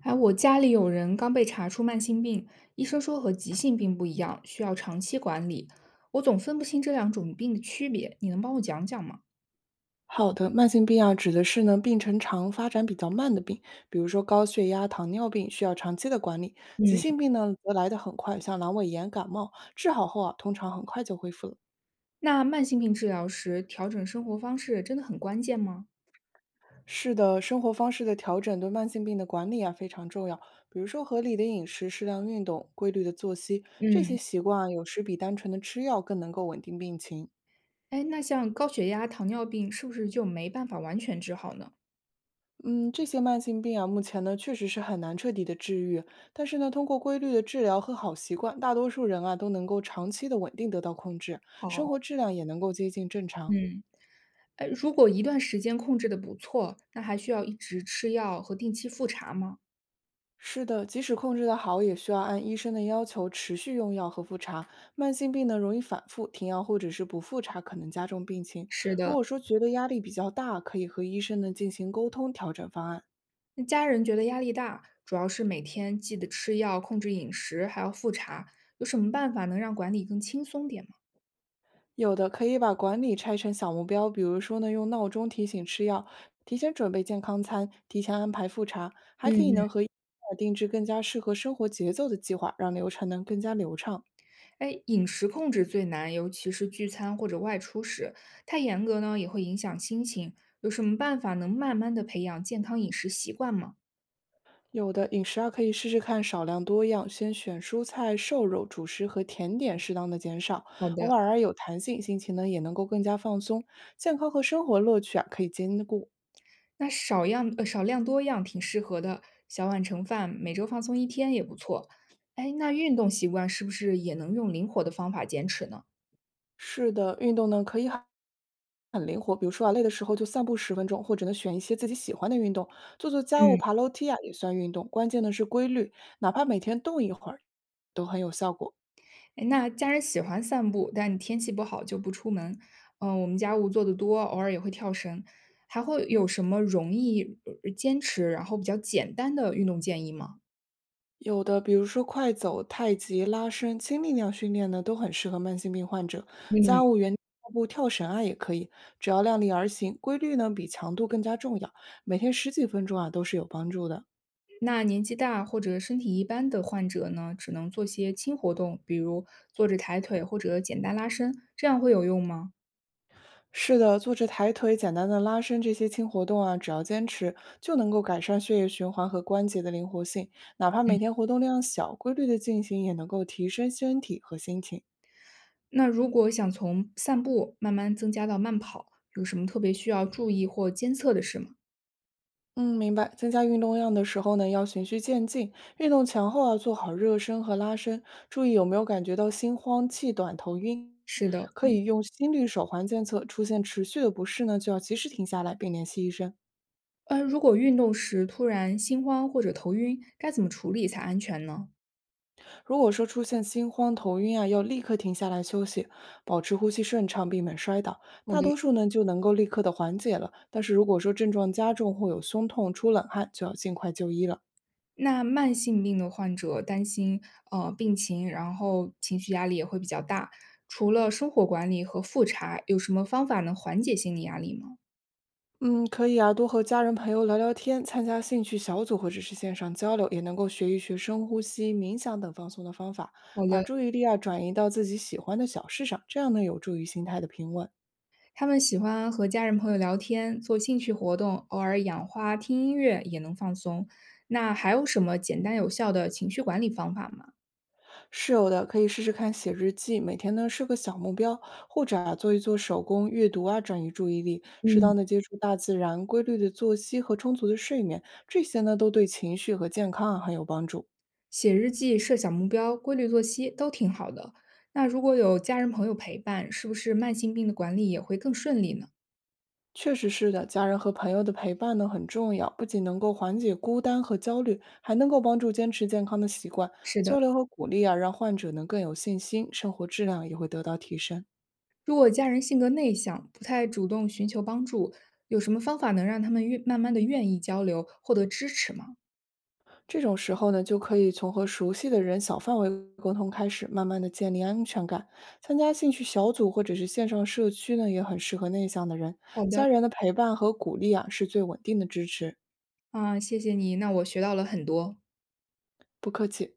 哎，我家里有人刚被查出慢性病，医生说和急性病不一样，需要长期管理。我总分不清这两种病的区别，你能帮我讲讲吗？好的，慢性病啊，指的是呢病程长、发展比较慢的病，比如说高血压、糖尿病，需要长期的管理。急嗯。性病呢，则来得很快，像阑尾炎、感冒，治好后啊，通常很快就恢复了。那慢性病治疗时调整生活方式真的很关键吗？是的，生活方式的调整对慢性病的管理啊非常重要，比如说合理的饮食、适量运动、规律的作息，这些嗯。习惯啊，有时比单纯的吃药更能够稳定病情。哎，那像高血压、糖尿病是不是就没办法完全治好呢？嗯，这些慢性病啊，目前呢确实是很难彻底的治愈，但是呢，通过规律的治疗和好习惯，大多数人啊都能够长期的稳定得到控制，生好。活质量也能够接近正常。嗯。哎，如果一段时间控制的不错，那还需要一直吃药和定期复查吗？是的，即使控制得好，也需要按医生的要求持续用药和复查。慢性病呢容易反复，停药或者是不复查可能加重病情。是如的。果说觉得压力比较大，可以和医生呢进行沟通调整方案。那家人觉得压力大，主要是每天记得吃药、控制饮食，还要复查。有什么办法能让管理更轻松点吗？有的可以把管理拆成小目标，比如说呢，用闹钟提醒吃药，提前准备健康餐，提前安排复查，还可嗯以嗯。呢和医生啊定制更加适合生活节奏的计划，让流程能更加流畅。哎，饮食控制最难，尤其是聚餐或者外出时，太严格呢也会影响心情。有什么办法能慢慢的培养健康饮食习惯吗？有的饮食啊，可以试试看少量多样，先选蔬菜、瘦肉、主食和甜点，适当的减少，好偶的。尔啊有弹性，心情呢也能够更加放松，健康和生活乐趣啊可以兼顾。那少量多样挺适合的，小碗盛饭，每周放松一天也不错。哎，那运动习惯是不是也能用灵活的方法坚持呢？是的，运动呢可以很灵活，比如说啊，累的时候就散步10分钟，或者呢选一些自己喜欢的运动，做做家务、爬嗯。楼梯啊也算运动。关键呢是规律，哪怕每天动一会儿，都很有效果。哎，那家人喜欢散步，但天气不好就不出门。嗯、我们家务做得多，偶尔也会跳绳。还会有什么容易坚持，然后比较简单的运动建议吗？有的，比如说快走、太极、拉伸、轻力量训练呢，都很适合慢性病患者。嗯。家务原地跑步、跳绳啊也可以，只要量力而行，规律呢比强度更加重要。每天10几分钟啊都是有帮助的。那年纪大或者身体一般的患者呢，只能做些轻活动，比如坐着抬腿或者简单拉伸，这样会有用吗？是的，坐着抬腿、简单的拉伸这些轻活动啊，只要坚持，就能够改善血液循环和关节的灵活性。哪怕每天活动量小，规律的进行也能够提升身体和心情。那如果想从散步慢慢增加到慢跑，有什么特别需要注意或监测的事吗？嗯，明白。增加运动量的时候呢，要循序渐进。运动前后啊，做好热身和拉伸，注意有没有感觉到心慌、气短、头晕。是的。可以用心率手环监测，出现持续的不适呢，就要及时停下来并联系医生。如果运动时突然心慌或者头晕，该怎么处理才安全呢？如果说出现心慌、头晕啊，要立刻停下来休息，保持呼吸顺畅，避免摔倒。好大的。多数呢就能够立刻的缓解了。但是如果说症状加重或有胸痛、出冷汗，就要尽快就医了。那慢性病的患者担心病情，然后情绪压力也会比较大。除了生活管理和复查，有什么方法能缓解心理压力吗？嗯，可以啊，多和家人朋友聊聊天，参加兴趣小组或者是线上交流，也能够学一学深呼吸、冥想等放松的方法，好把的。注意力啊转移到自己喜欢的小事上，这样呢有助于心态的平稳。他们喜欢和家人朋友聊天，做兴趣活动，偶尔养花、听音乐也能放松。那还有什么简单有效的情绪管理方法吗？是有的，可以试试看写日记，每天呢设个小目标，或者啊做一做手工、阅读啊，转移注意力，适嗯，当的接触大自然，规律的作息和充足的睡眠，这些呢都对情绪和健康啊很有帮助。写日记、设小目标、规律作息都挺好的。那如果有家人朋友陪伴，是不是慢性病的管理也会更顺利呢？确实是的，家人和朋友的陪伴呢很重要，不仅能够缓解孤单和焦虑，还能够帮助坚持健康的习惯。是的。交流和鼓励啊，让患者能更有信心，生活质量也会得到提升。如果家人性格内向，不太主动寻求帮助，有什么方法能让他们慢慢的愿意交流，获得支持吗？这种时候呢，就可以从和熟悉的人小范围沟通开始，慢慢的建立安全感。参加兴趣小组或者是线上社区呢，也很适合内向的人。好的。家人的陪伴和鼓励啊，是最稳定的支持。啊，谢谢你，那我学到了很多。不客气。